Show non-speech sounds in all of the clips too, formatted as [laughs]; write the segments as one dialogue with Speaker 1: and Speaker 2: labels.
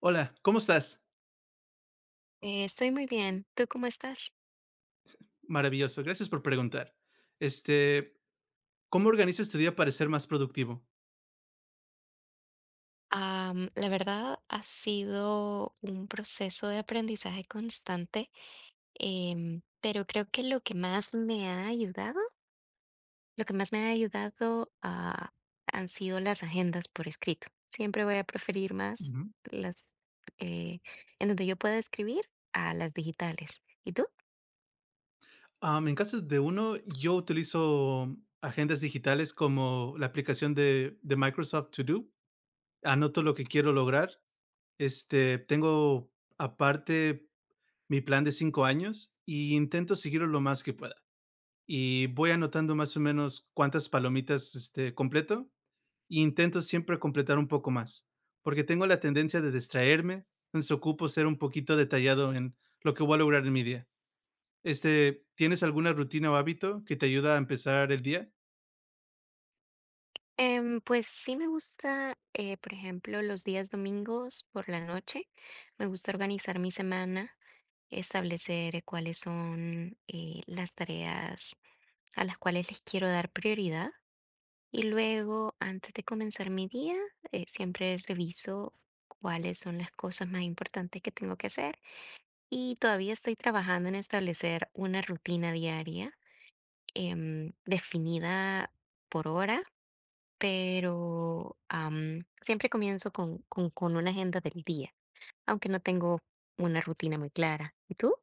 Speaker 1: Hola, ¿cómo estás?
Speaker 2: Estoy muy bien. ¿Tú cómo estás?
Speaker 1: Maravilloso, gracias por preguntar. Este, ¿Cómo organizas tu día para ser más productivo?
Speaker 2: La verdad ha sido un proceso de aprendizaje constante, pero creo que lo que más me ha ayudado, han sido las agendas por escrito. Siempre voy a preferir más
Speaker 1: Ujú.
Speaker 2: las, eh, en donde yo pueda escribir, a las digitales. ¿Y tú?
Speaker 1: En caso de uno, yo utilizo agendas digitales como la aplicación de Microsoft To Do. Anoto lo que quiero lograr. Tengo aparte mi plan de 5 años y intento seguirlo lo más que pueda. Y voy anotando más o menos cuántas palomitas, completo, e intento siempre completar un poco más, porque tengo la tendencia de distraerme, entonces ocupo ser un poquito detallado en lo que voy a lograr en mi día. ¿Tienes alguna rutina o hábito que te ayuda a empezar el día?
Speaker 2: Pues sí me gusta, por ejemplo, los días domingos por la noche. Me gusta organizar mi semana, establecer cuáles son las tareas a las cuales les quiero dar prioridad. Y luego, antes de comenzar mi día, siempre reviso cuáles son las cosas más importantes que tengo que hacer. Y todavía estoy trabajando en establecer una rutina diaria definida por hora, pero siempre comienzo con una agenda del día, aunque no tengo una rutina muy clara. ¿Y tú?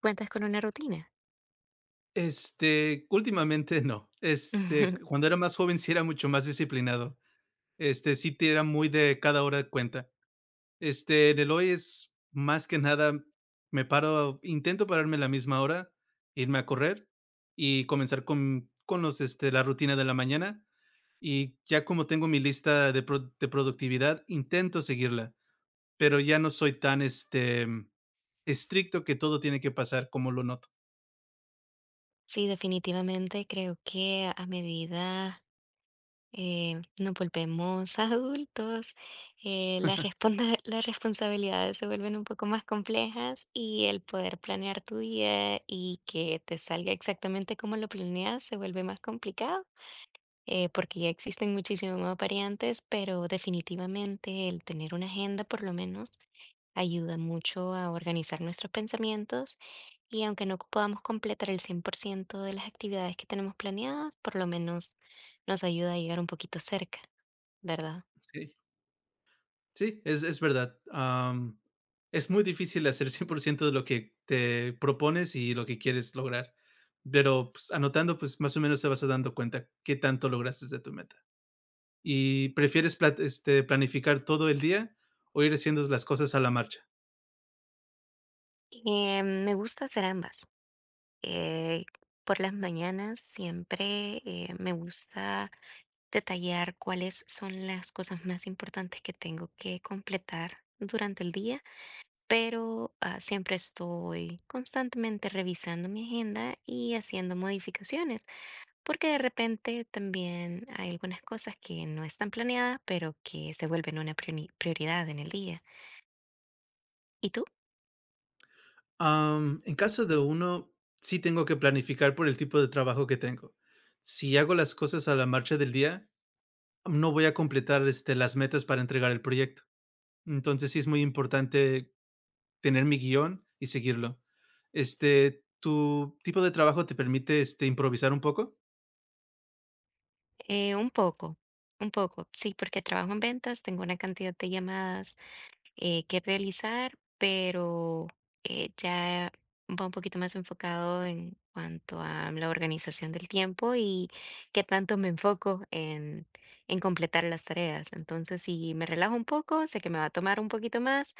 Speaker 2: ¿Cuentas con una rutina?
Speaker 1: Últimamente [laughs] no.
Speaker 2: [laughs]
Speaker 1: Cuando era más joven sí era mucho más disciplinado. Sí tira muy de cada hora de cuenta. En el hoy es más que nada, me paro intento pararme a la misma hora, irme a correr y comenzar con la rutina de la mañana, y ya como tengo mi lista de productividad, intento seguirla, pero ya no soy tan, estricto que todo tiene que pasar como lo noto.
Speaker 2: Sí, definitivamente creo que a medida nos volvemos [laughs] adultos, las responsabilidades se vuelven un poco más complejas y el poder planear tu día y que te salga exactamente como lo planeas se vuelve más complicado, porque ya existen muchísimas más variantes, pero definitivamente el tener una agenda por lo menos ayuda mucho a organizar nuestros pensamientos y aunque no podamos completar el 100% de las actividades que tenemos planeadas, por lo menos nos ayuda a llegar un poquito cerca, ¿verdad?
Speaker 1: Sí. Sí, es verdad. Es muy difícil hacer 100% de lo que te propones y lo que quieres lograr, pero pues, anotando, pues más o menos te vas dando cuenta qué tanto lograste de tu meta. ¿Y prefieres planificar todo el día o ir haciendo las cosas a la marcha?
Speaker 2: Me gusta hacer ambas. Eh, por las mañanas siempre me gusta detallar cuáles son las cosas más importantes que tengo que completar durante el día, pero siempre estoy constantemente revisando mi agenda y haciendo modificaciones. Porque de repente también hay algunas cosas que no están planeadas, pero que se vuelven una prioridad en el día. ¿Y tú?
Speaker 1: En caso de uno, sí tengo que planificar por el tipo de trabajo que tengo. Si hago las cosas a la marcha del día, no voy a completar las metas para entregar el proyecto. Entonces sí es muy importante tener mi guión y seguirlo. ¿Tu tipo de trabajo te permite, improvisar un poco?
Speaker 2: Un poco, un poco, sí, porque trabajo en ventas, tengo una cantidad de llamadas que realizar, pero ya va un poquito más enfocado en cuanto a la organización del tiempo y qué tanto me enfoco en completar las tareas. Entonces, si me relajo un poco, sé que me va a tomar un poquito más.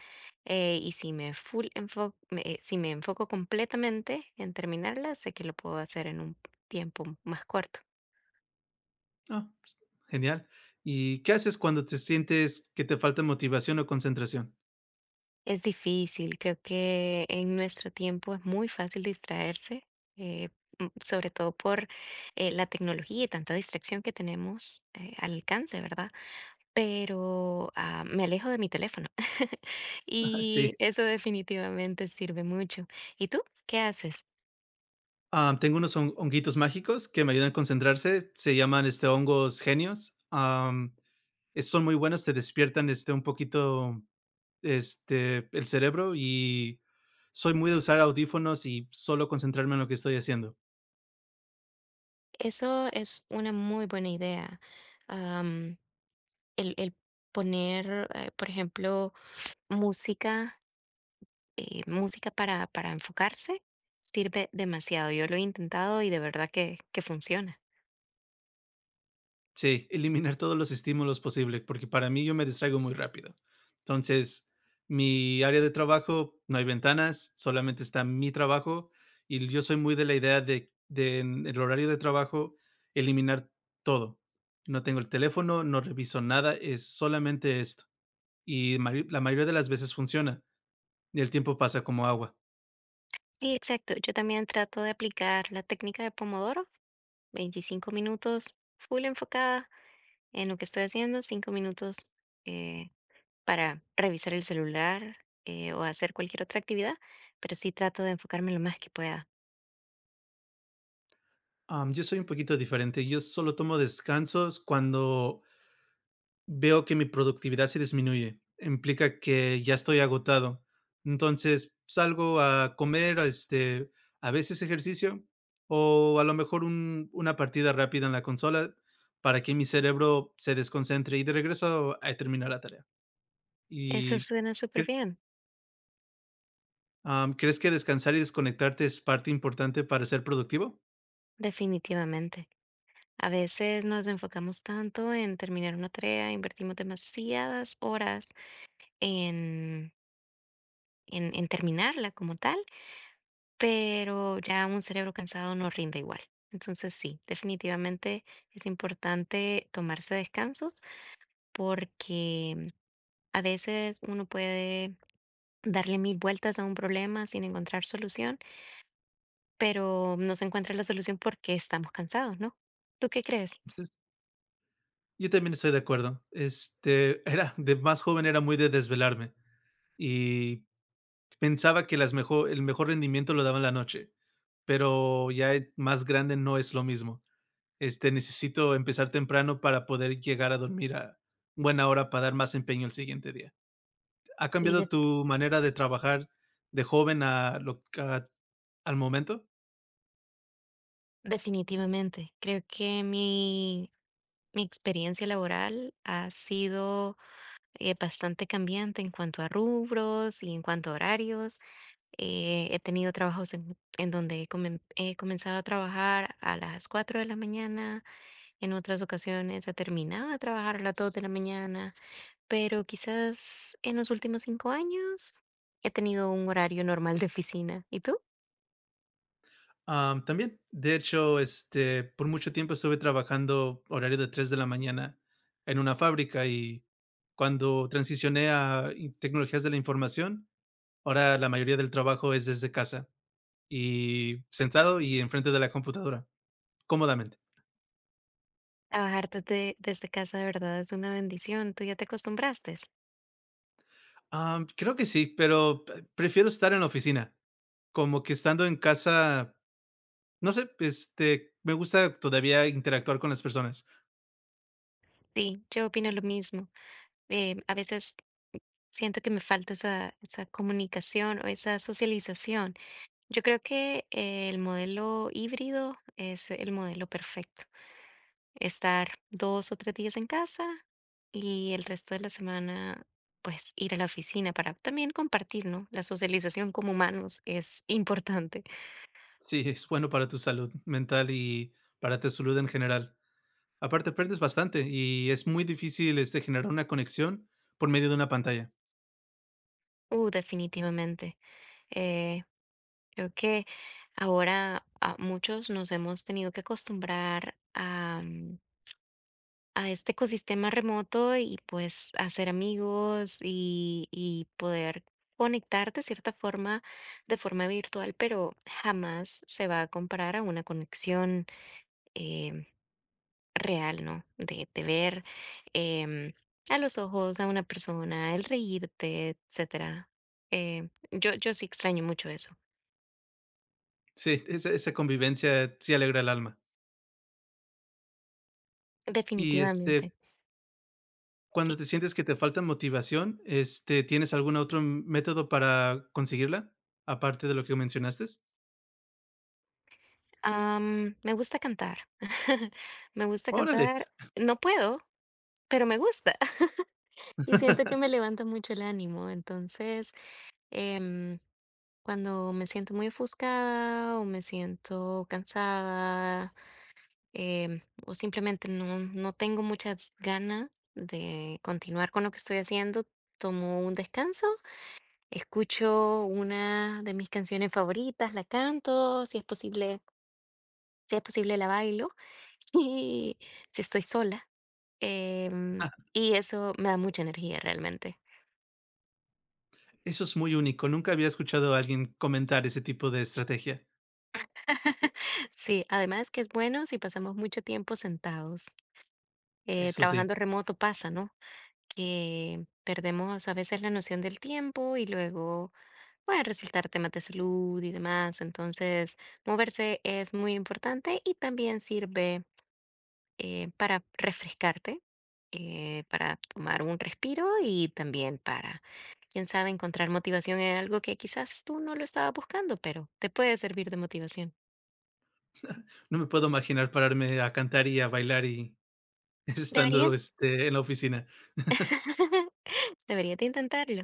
Speaker 2: Y si me si me enfoco completamente en terminarlas, sé que lo puedo hacer en un tiempo más corto.
Speaker 1: Ah, pues, genial. ¿Y qué haces cuando te sientes que te falta motivación o concentración?
Speaker 2: Es difícil, creo que en nuestro tiempo es muy fácil distraerse, eh, sobre todo por la tecnología y tanta distracción que tenemos al alcance, ¿verdad? Pero me alejo de mi teléfono [laughs]
Speaker 1: [laughs] Sí.
Speaker 2: y eso definitivamente sirve mucho. ¿Y tú qué haces?
Speaker 1: Ah, tengo unos honguitos mágicos que me ayudan a concentrarse. Se llaman hongos genios. Son muy buenos, te despiertan un poquito el cerebro y soy muy de usar audífonos y solo concentrarme en lo que estoy haciendo.
Speaker 2: Eso es una muy buena idea. Am, el poner, por ejemplo, música, música para enfocarse sirve demasiado. Yo lo he intentado y de verdad que funciona.
Speaker 1: Sí, eliminar todos los estímulos posible, porque para mí yo me distraigo muy rápido. Entonces, mi área de trabajo, no hay ventanas, solamente está mi trabajo y yo soy muy de la idea de en el horario de trabajo eliminar todo. No tengo el teléfono, no reviso nada, es solamente esto. Y la mayoría de las veces funciona y el tiempo pasa como agua.
Speaker 2: Sí, exacto. Yo también trato de aplicar la técnica de Pomodoro: 25 minutos full enfocada en lo que estoy haciendo, 5 minutos eh, para revisar el celular, o hacer cualquier otra actividad, pero sí trato de enfocarme lo más que pueda.
Speaker 1: Yo soy un poquito diferente, yo solo tomo descansos cuando veo que mi productividad se disminuye, implica que ya estoy agotado. Entonces, salgo a comer, a veces ejercicio o a lo mejor una partida rápida en la consola para que mi cerebro se desconcentre y de regreso a terminar la tarea.
Speaker 2: Eso
Speaker 1: ¿Y
Speaker 2: suena súper
Speaker 1: cre-
Speaker 2: bien,
Speaker 1: crees que descansar y desconectarte es parte importante para ser productivo?
Speaker 2: definitivamente. A veces nos enfocamos tanto en terminar una tarea, invertimos demasiadas horas en, en terminarla como tal, pero ya un cerebro cansado no rinde igual. Entonces sí, definitivamente es importante tomarse descansos porque a veces uno puede darle mil vueltas a un problema sin encontrar solución, pero no se encuentra la solución porque estamos cansados, ¿no? ¿Tú qué crees?
Speaker 1: Sí, yo también estoy de acuerdo. Era de más joven era muy de desvelarme y pensaba que las mejor el mejor rendimiento lo daba en la noche, pero ya más grande no es lo mismo. Necesito empezar temprano para poder llegar a dormir a buena hora para dar más empeño el siguiente día. ¿Ha
Speaker 2: Sí,
Speaker 1: cambiado tu manera de trabajar de joven a lo a al momento?
Speaker 2: definitivamente. Creo que mi experiencia laboral ha sido bastante cambiante en cuanto a rubros y en cuanto a horarios. He tenido trabajos en donde he comenzado a trabajar a las 4 de la mañana, en otras ocasiones he terminado de trabajar a las 2 de la mañana, pero quizás en los últimos 5 años he tenido un horario normal de oficina. ¿Y tú?
Speaker 1: También, de hecho, por mucho tiempo estuve trabajando horario de 3 de la mañana en una fábrica y cuando transicioné a i tecnologías de la información, ahora la mayoría del trabajo es desde casa y sentado y enfrente de la computadora, cómodamente.
Speaker 2: Trabajar desde casa de verdad es una bendición. ¿Tú ya te acostumbraste?
Speaker 1: Creo que sí, pero p prefiero estar en la oficina, como que estando en casa, no sé, me gusta todavía interactuar con las personas.
Speaker 2: Sí, yo opino lo mismo. A veces siento que me falta esa comunicación o esa socialización. Yo creo que el modelo híbrido es el modelo perfecto. Estar 2 o 3 días en casa y el resto de la semana, pues, ir a la oficina para también compartir, ¿no? La socialización como humanos es importante.
Speaker 1: Sí, es bueno para tu salud mental y para tu salud en general. Aparte, aprendes bastante y es muy difícil, generar una conexión por medio de una pantalla.
Speaker 2: Definitivamente. Eh, Creo que ahora a muchos nos hemos tenido que acostumbrar a este ecosistema remoto y pues hacer amigos y poder conectar de cierta forma, de forma virtual, pero jamás se va a comparar a una conexión em, real, ¿no? De ver em, a los ojos a una persona, el reírte, etcétera. Yo sí extraño mucho eso,
Speaker 1: Sí, esa convivencia sí alegra el alma. Y
Speaker 2: definitivamente.
Speaker 1: cuando
Speaker 2: Sí.
Speaker 1: te sientes que te falta motivación, ¿tienes algún otro método para conseguirla, aparte de lo que mencionaste?
Speaker 2: Me gusta cantar. [laughs] Me gusta
Speaker 1: Órale,
Speaker 2: cantar. No puedo, pero me gusta. Y siento que me
Speaker 1: [laughs]
Speaker 2: levanta mucho el ánimo. Entonces, em, cuando me siento muy ofuscada o me siento cansada, em, o simplemente no tengo muchas ganas de continuar con lo que estoy haciendo, tomo un descanso, escucho una de mis canciones favoritas, la canto, si es posible, si es posible la bailo, [laughs] y si estoy sola, em, y eso me da mucha energía realmente.
Speaker 1: eso es muy único. Nunca había escuchado a alguien comentar ese tipo de estrategia.
Speaker 2: [laughs] Sí, además que es bueno si pasamos mucho tiempo sentados.
Speaker 1: Eso sí,
Speaker 2: Trabajando remoto pasa, ¿no? Que perdemos a veces la noción del tiempo y luego pueden resultar temas de salud y demás. Entonces, moverse es muy importante y también sirve para refrescarte, para tomar un respiro y también para, quién sabe, encontrar motivación en algo que quizás tú no lo estabas buscando, pero te puede servir de motivación.
Speaker 1: no me puedo imaginar pararme a cantar y a bailar y [laughs] estando,
Speaker 2: Deberías.
Speaker 1: en la oficina. [laughs]
Speaker 2: [laughs] Deberías de intentarlo.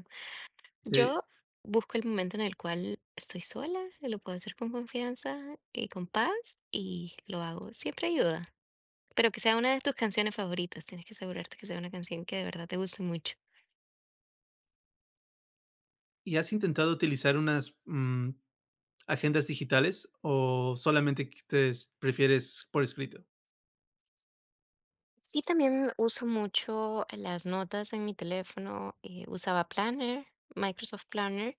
Speaker 1: Sí,
Speaker 2: Yo busco el momento en el cual estoy sola, lo puedo hacer con confianza y con paz y lo hago. Siempre ayuda. Pero que sea una de tus canciones favoritas. Tienes que asegurarte que sea una canción que de verdad te guste mucho.
Speaker 1: ¿y has intentado utilizar unas, agendas digitales o solamente que te prefieres por escrito?
Speaker 2: Sí, también uso mucho las notas en mi teléfono. Usaba Planner, Microsoft Planner.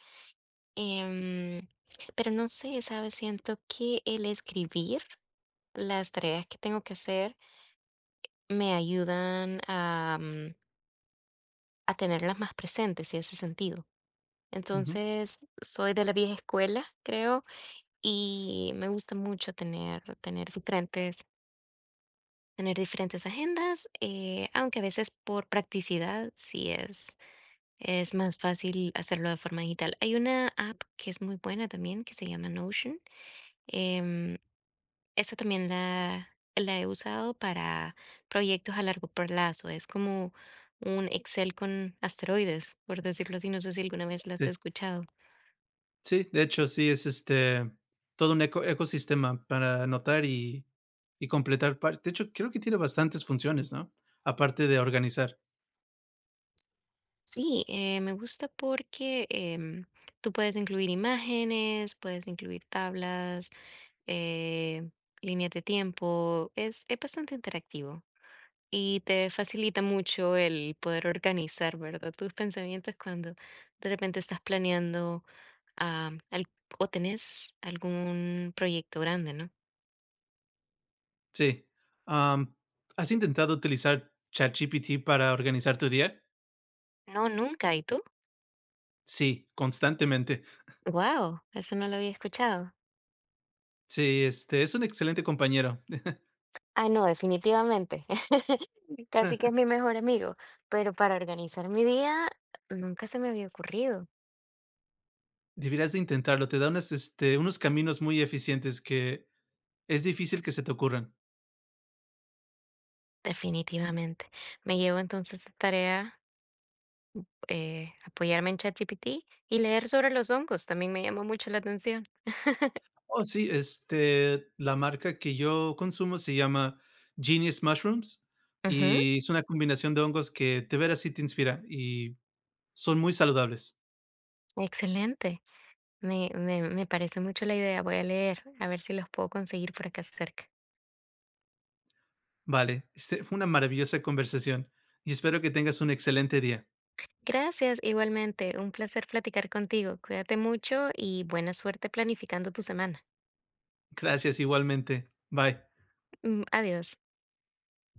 Speaker 2: em, pero no sé, ¿sabes? Siento que el escribir las tareas que tengo que hacer me ayudan a tenerlas más presentes y ese sentido.
Speaker 1: Ujú,
Speaker 2: Entonces, soy de la vieja escuela, creo, y me gusta mucho tener diferentes agendas, aunque a veces por practicidad sí es más fácil hacerlo de forma digital. Hay una app que es muy buena también, que se llama Notion. em, Esta también la he usado para proyectos a largo plazo. Es como un Excel con asteroides, por decirlo así. No sé si alguna vez las
Speaker 1: sí.
Speaker 2: has escuchado.
Speaker 1: Sí, de hecho, sí, todo un ecosistema para anotar y completar par de hecho, creo que tiene bastantes funciones, ¿no? Aparte de organizar.
Speaker 2: Sí, me gusta porque tú puedes incluir imágenes, puedes incluir tablas, eh, líneas de tiempo. Es bastante interactivo y te facilita mucho el poder organizar, ¿verdad? Tus pensamientos cuando de repente estás planeando, Ah, al- o tenés algún proyecto grande, ¿no?
Speaker 1: Sí, am, ¿has intentado utilizar ChatGPT para organizar tu día?
Speaker 2: No, nunca. ¿Y tú?
Speaker 1: Sí, constantemente.
Speaker 2: Wow, eso no lo había escuchado.
Speaker 1: Sí, es un excelente compañero.
Speaker 2: No, definitivamente. [laughs] Casi que es
Speaker 1: [laughs]
Speaker 2: mi mejor amigo, pero para organizar mi día nunca se me había ocurrido.
Speaker 1: Deberías de intentarlo, te da unos caminos muy eficientes que es difícil que se te ocurran.
Speaker 2: Definitivamente. Me llevo entonces de tarea apoyarme en ChatGPT y leer sobre los hongos. También me llamó mucho la atención.
Speaker 1: Oh, sí, la marca que yo consumo se llama Genius Mushrooms
Speaker 2: Ujú.
Speaker 1: y es una combinación de hongos que de veras sí te inspira y son muy saludables.
Speaker 2: Excelente. Me parece mucho la idea. Voy a leer a ver si los puedo conseguir por acá cerca.
Speaker 1: Vale, este fue una maravillosa conversación y espero que tengas un excelente día.
Speaker 2: Gracias, igualmente, un placer platicar contigo. Cuídate mucho y buena suerte planificando tu semana.
Speaker 1: Gracias igualmente. Bye.
Speaker 2: Adiós.